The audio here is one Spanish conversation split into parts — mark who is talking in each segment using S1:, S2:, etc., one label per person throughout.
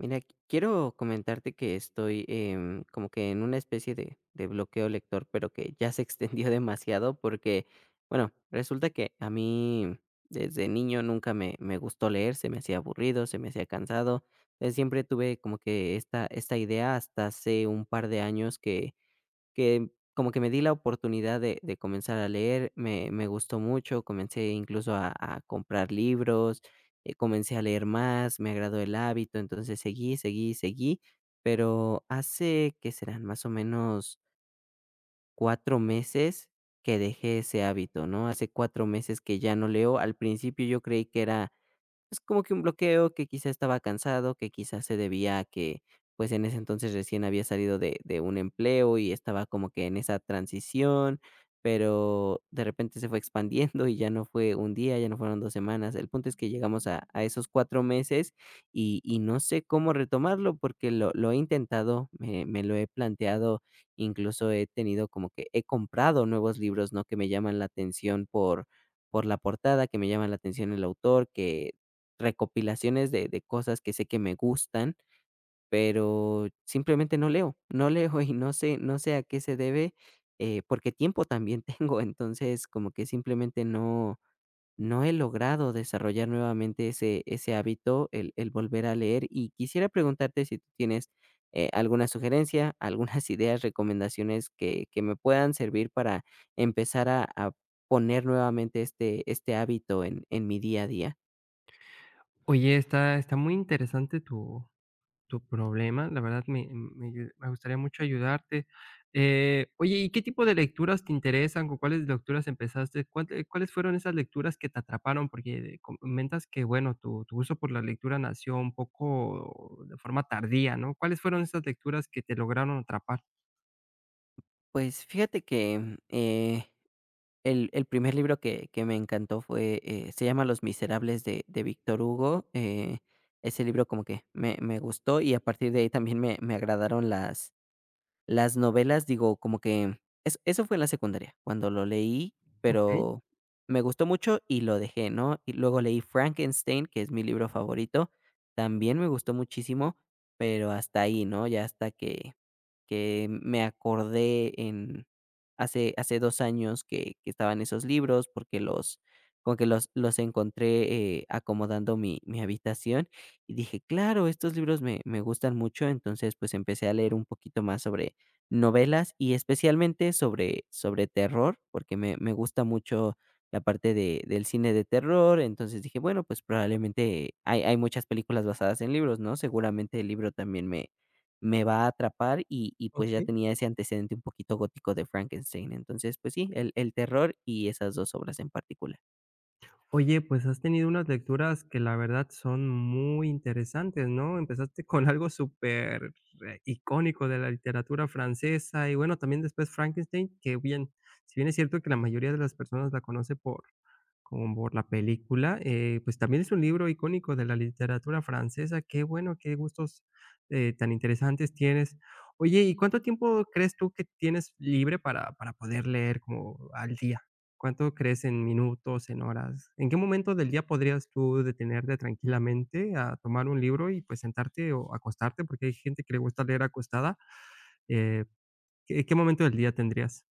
S1: Mira, quiero comentarte que estoy como que en una especie de bloqueo lector, pero que ya se extendió demasiado porque, bueno, resulta que a mí desde niño nunca me gustó leer, se me hacía aburrido, se me hacía cansado. Siempre tuve como que esta idea hasta hace un par de años que como que me di la oportunidad de comenzar a leer, me gustó mucho, comencé incluso a comprar libros, comencé a leer más, me agradó el hábito, entonces seguí, seguí, seguí, pero hace, ¿que serán más o menos 4 meses que dejé ese hábito, no? Hace 4 meses que ya no leo. Al principio yo creí que era es como que un bloqueo, que quizá estaba cansado, que quizás se debía a que, pues, en ese entonces recién había salido de un empleo y estaba como que en esa transición, pero de repente se fue expandiendo y ya no fue un día, ya no fueron 2 semanas. El punto es que llegamos a esos 4 meses y no sé cómo retomarlo, porque lo he intentado, me lo he planteado, incluso he tenido como que he comprado nuevos libros, ¿no?, que me llaman la atención por la portada, que me llama la atención el autor, que recopilaciones de cosas que sé que me gustan, pero simplemente no leo, no leo y no sé a qué se debe, porque tiempo también tengo, entonces como que simplemente no no he logrado desarrollar nuevamente ese hábito, el volver a leer. Y quisiera preguntarte si tú tienes, alguna sugerencia, algunas ideas, recomendaciones que me puedan servir para empezar a poner nuevamente este hábito en mi día a día.
S2: Oye, está muy interesante tu problema, la verdad me gustaría mucho ayudarte. Oye, ¿y qué tipo de lecturas te interesan? ¿Con cuáles lecturas empezaste? ¿Cuál cuáles fueron esas lecturas que te atraparon? Porque comentas que, bueno, tu gusto por la lectura nació un poco de forma tardía, ¿no? ¿Cuáles fueron esas lecturas que te lograron atrapar?
S1: Pues fíjate que, el primer libro que me encantó fue, se llama Los Miserables de Víctor Hugo, ese libro como que me gustó y a partir de ahí también me agradaron las novelas, digo, como que es eso fue en la secundaria, cuando lo leí,
S2: Okey,
S1: pero me gustó mucho y lo dejé, ¿no? Y luego leí Frankenstein, que es mi libro favorito, también me gustó muchísimo, pero hasta ahí, ¿no? Ya hasta que me acordé en hace 2 años que estaban esos libros, porque los como que los encontré, acomodando mi habitación, y dije: "Claro, estos libros me gustan mucho". Entonces, pues, empecé a leer un poquito más sobre novelas y especialmente sobre terror, porque me gusta mucho la parte de del cine de terror. Entonces dije: "Bueno, pues, probablemente hay muchas películas basadas en libros, ¿no? Seguramente el libro también me va a atrapar y pues ya
S2: okey.
S1: tenía ese antecedente un poquito gótico de Frankenstein". Entonces, pues sí, el terror y esas dos obras en particular.
S2: Oye, pues has tenido unas lecturas que la verdad son muy interesantes, ¿no? Empezaste con algo súper icónico de la literatura francesa, y bueno, también después Frankenstein, que bien, si bien es cierto que la mayoría de las personas la conoce por, como por la película, pues también es un libro icónico de la literatura francesa. Qué bueno, qué gustos tan interesantes tienes. Oye, ¿y cuánto tiempo crees tú que tienes libre para poder leer como al día? ¿Cuánto crees en minutos, en horas? ¿En qué momento del día podrías tú detenerte tranquilamente a tomar un libro y, pues, sentarte o acostarte? Porque hay gente que le gusta leer acostada, eh, ¿qué momento del día tendrías?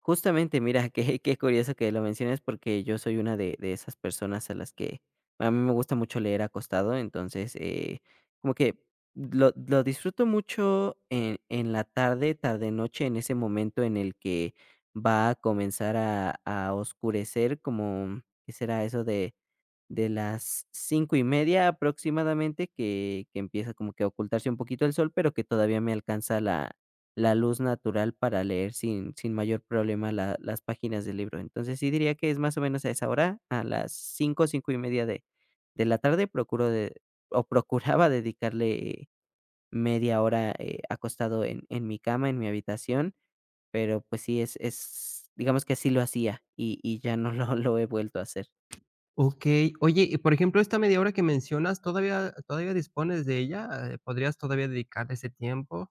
S1: Justamente, mira, qué curioso que lo menciones porque yo soy una de esas personas a las que a mí me gusta mucho leer acostado, entonces, como que lo disfruto mucho en la tarde, tarde-noche, en ese momento en el que va a comenzar a oscurecer como, ¿qué será eso de las cinco y media aproximadamente, que empieza como que a ocultarse un poquito el sol, pero que todavía me alcanza la luz natural para leer sin mayor problema la las páginas del libro? Entonces, sí diría que es más o menos a esa hora, a las cinco y media de la tarde, procuro de o procuraba dedicarle media hora, acostado en mi cama, en mi habitación, pero, pues sí, es digamos que así lo hacía y ya no lo he vuelto a hacer.
S2: Okey. Oye, y por ejemplo, esta media hora que mencionas, ¿todavía dispones de ella? ¿Podrías todavía dedicar ese tiempo?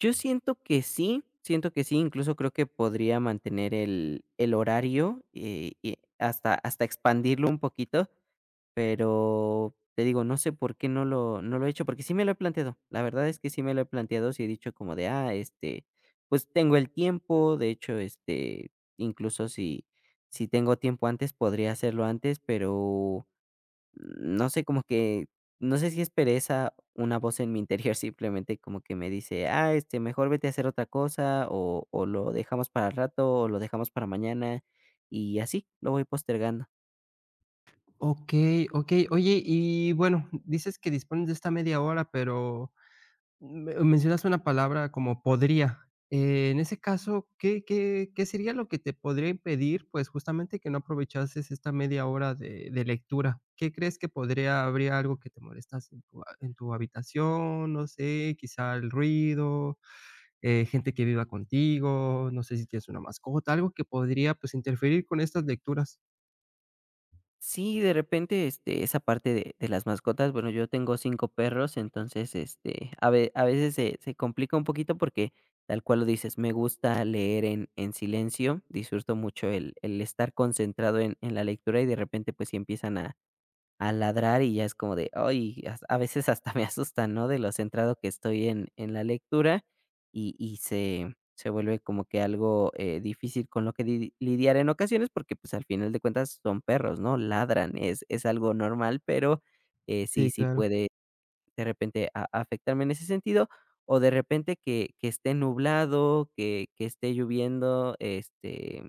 S1: Yo siento que sí, incluso creo que podría mantener el horario, y hasta, hasta expandirlo un poquito, pero te digo, no sé por qué no lo he hecho, porque sí me lo he planteado, la verdad es que sí me lo he planteado, sí he dicho como de, ah, este, pues tengo el tiempo, de hecho, este, incluso si, si tengo tiempo antes, podría hacerlo antes, pero no sé, como que, no sé si es pereza, una voz en mi interior simplemente como que me dice, ah, este, mejor vete a hacer otra cosa o lo dejamos para el rato o lo dejamos para mañana y así lo voy postergando.
S2: Okey, okey. Oye, y bueno, dices que dispones de esta media hora, pero me mencionaste una palabra como podría. En ese caso, ¿qué qué sería lo que te podría impedir, pues, justamente que no aprovechases esta media hora de lectura? ¿Qué crees que podría, habría algo que te molestas en tu en tu habitación? No sé, quizá el ruido, gente que viva contigo, no sé si tienes una mascota, algo que podría, pues, interferir con estas lecturas.
S1: Sí, de repente, este, esa parte de las mascotas, bueno, yo tengo cinco perros, entonces, este, a veces se complica un poquito porque, tal cual lo dices, me gusta leer en silencio, disfruto mucho el estar concentrado en la lectura y de repente, pues, si empiezan a al ladrar y ya es como de, ay, as a veces hasta me asusta, ¿no?, de lo centrado que estoy en la lectura y se vuelve como que algo, difícil con lo que di lidiar en ocasiones porque, pues, al final de cuentas son perros, ¿no?, ladran, es algo normal, pero, sí,
S2: Sí,
S1: sí
S2: claro.
S1: puede de repente a afectarme en ese sentido, o de repente que esté nublado, que esté lloviendo, este,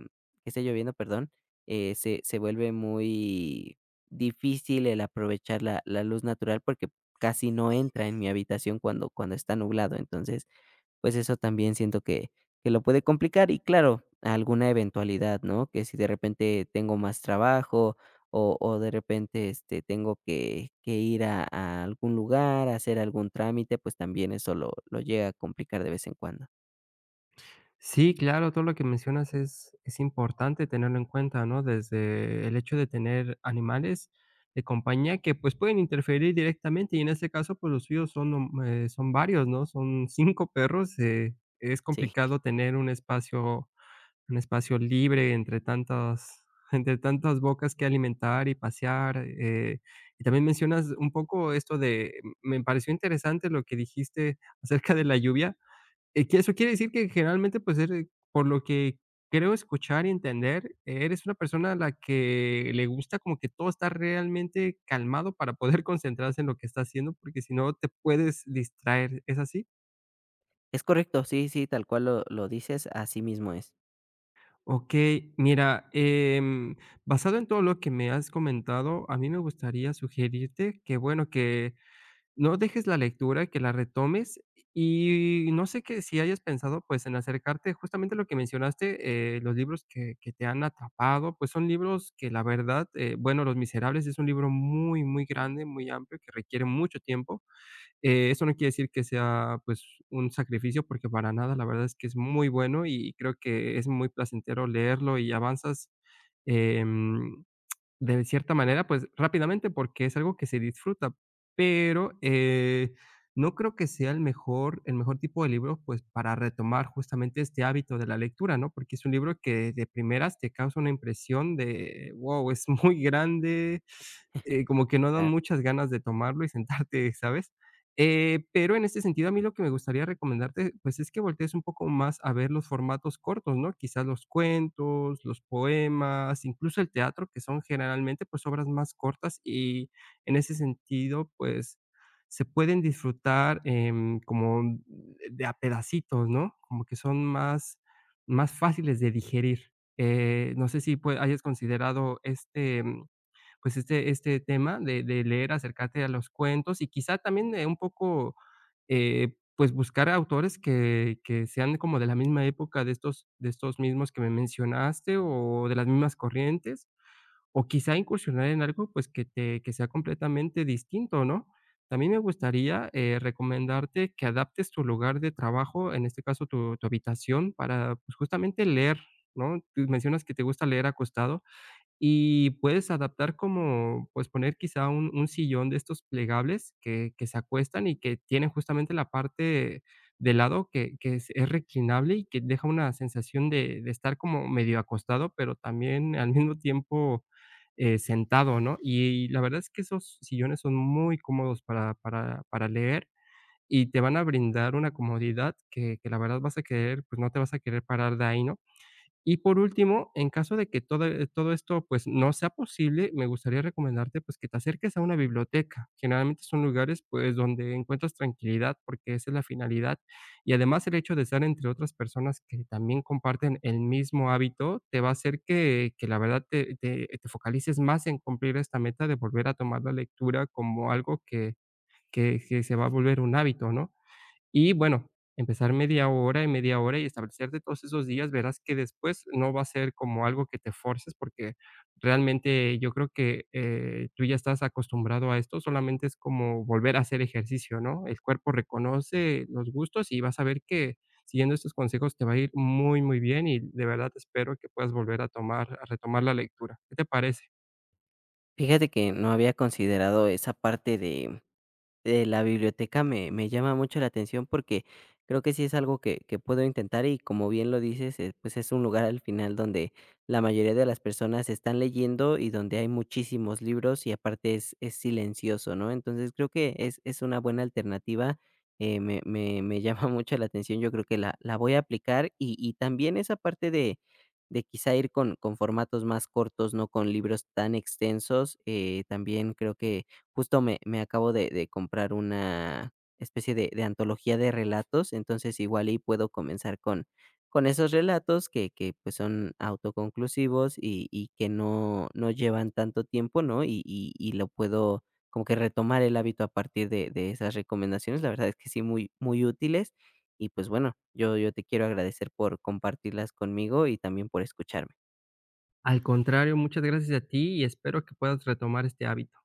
S1: que esté lloviendo, perdón, se vuelve muy difícil el aprovechar la luz natural porque casi no entra en mi habitación cuando está nublado. Entonces, pues eso también siento que lo puede complicar y claro, alguna eventualidad, ¿no? Que si de repente tengo más trabajo o de repente, este, tengo que ir a algún lugar, a hacer algún trámite, pues también eso lo llega a complicar de vez en cuando.
S2: Sí, claro, todo lo que mencionas es importante tenerlo en cuenta, ¿no? Desde el hecho de tener animales de compañía que pues pueden interferir directamente, y en este caso pues los suyos son, son varios, ¿no? Son cinco perros, es
S1: Sí,
S2: complicado tener un espacio libre entre tantas, entre tantas bocas que alimentar y pasear. Y también mencionas un poco esto de, me pareció interesante lo que dijiste acerca de la lluvia, que eso quiere decir que generalmente, pues, eres, por lo que creo escuchar y entender, eres una persona a la que le gusta como que todo está realmente calmado para poder concentrarse en lo que está haciendo, porque si no te puedes distraer, ¿es así?
S1: es correcto, sí, sí, tal cual lo dices, así mismo es.
S2: Okey, mira, basado en todo lo que me has comentado, a mí me gustaría sugerirte que, bueno, que no dejes la lectura, que la retomes, y no sé qué si hayas pensado, pues, en acercarte justamente lo que mencionaste, los libros que te han atrapado, pues, son libros que la verdad, bueno, Los Miserables es un libro muy, muy grande, muy amplio, que requiere mucho tiempo. Eso no quiere decir que sea, pues, un sacrificio, porque para nada, la verdad es que es muy bueno, y creo que es muy placentero leerlo y avanzas, em de cierta manera, pues, rápidamente, porque es algo que se disfruta, pero, no creo que sea el mejor tipo de libro, pues, para retomar justamente este hábito de la lectura, ¿no? Porque es un libro que de primeras te causa una impresión de: wow, es muy grande, como que no dan
S1: Claro.
S2: muchas ganas de tomarlo y sentarte, ¿sabes? Pero en este sentido, a mí lo que me gustaría recomendarte, pues, es que voltees un poco más a ver los formatos cortos, ¿no? Quizás los cuentos, los poemas, incluso el teatro, que son generalmente, pues, obras más cortas, y en ese sentido, pues, se pueden disfrutar, em, como de a pedacitos, ¿no? Como que son más, más fáciles de digerir. No sé si pue hayas considerado este, pues, este tema de leer, acercarte a los cuentos y quizá también, un poco, pues, buscar autores que sean como de la misma época de estos mismos que me mencionaste, o de las mismas corrientes, o quizá incursionar en algo, pues, que te, que sea completamente distinto, ¿no? También me gustaría, recomendarte que adaptes tu lugar de trabajo, en este caso, tu habitación para, pues, justamente leer, ¿no? Tú mencionas que te gusta leer acostado. Y puedes adaptar como, pues, poner quizá un sillón de estos plegables que se acuestan y que tienen justamente la parte del lado que es reclinable y que deja una sensación de estar como medio acostado, pero también al mismo tiempo, sentado, ¿no? Y la verdad es que esos sillones son muy cómodos para leer, y te van a brindar una comodidad que la verdad vas a querer, pues, no te vas a querer parar de ahí, ¿no? Y por último, en caso de que todo, todo esto, pues, no sea posible, me gustaría recomendarte, pues, que te acerques a una biblioteca. Generalmente son lugares, pues, donde encuentras tranquilidad, porque esa es la finalidad. Y además, el hecho de estar entre otras personas que también comparten el mismo hábito, te va a hacer que la verdad te focalices más en cumplir esta meta de volver a tomar la lectura como algo que que se va a volver un hábito, ¿no? Y bueno, empezar media hora y establecerte todos esos días, verás que después no va a ser como algo que te forces, porque realmente yo creo que, tú ya estás acostumbrado a esto, solamente es como volver a hacer ejercicio, ¿no? El cuerpo reconoce los gustos, y vas a ver que siguiendo estos consejos te va a ir muy, muy bien, y de verdad espero que puedas volver a tomar, a retomar la lectura. ¿Qué te parece?
S1: Fíjate que no había considerado esa parte de eh, la biblioteca me llama mucho la atención porque creo que sí es algo que puedo intentar y como bien lo dices, pues es un lugar al final donde la mayoría de las personas están leyendo y donde hay muchísimos libros y aparte es silencioso, ¿no? Entonces creo que es una buena alternativa, me llama mucho la atención, yo creo que la voy a aplicar y también esa parte de quizá ir con formatos más cortos, no con libros tan extensos, también creo que justo me acabo de comprar una especie de antología de relatos, entonces igual y puedo comenzar con esos relatos que pues, son autoconclusivos y que no llevan tanto tiempo, ¿no? Y lo puedo como que retomar el hábito a partir de esas recomendaciones. La verdad es que sí, muy muy útiles y, pues, bueno, yo te quiero agradecer por compartirlas conmigo y también por escucharme.
S2: Al contrario, muchas gracias a ti y espero que puedas retomar este hábito.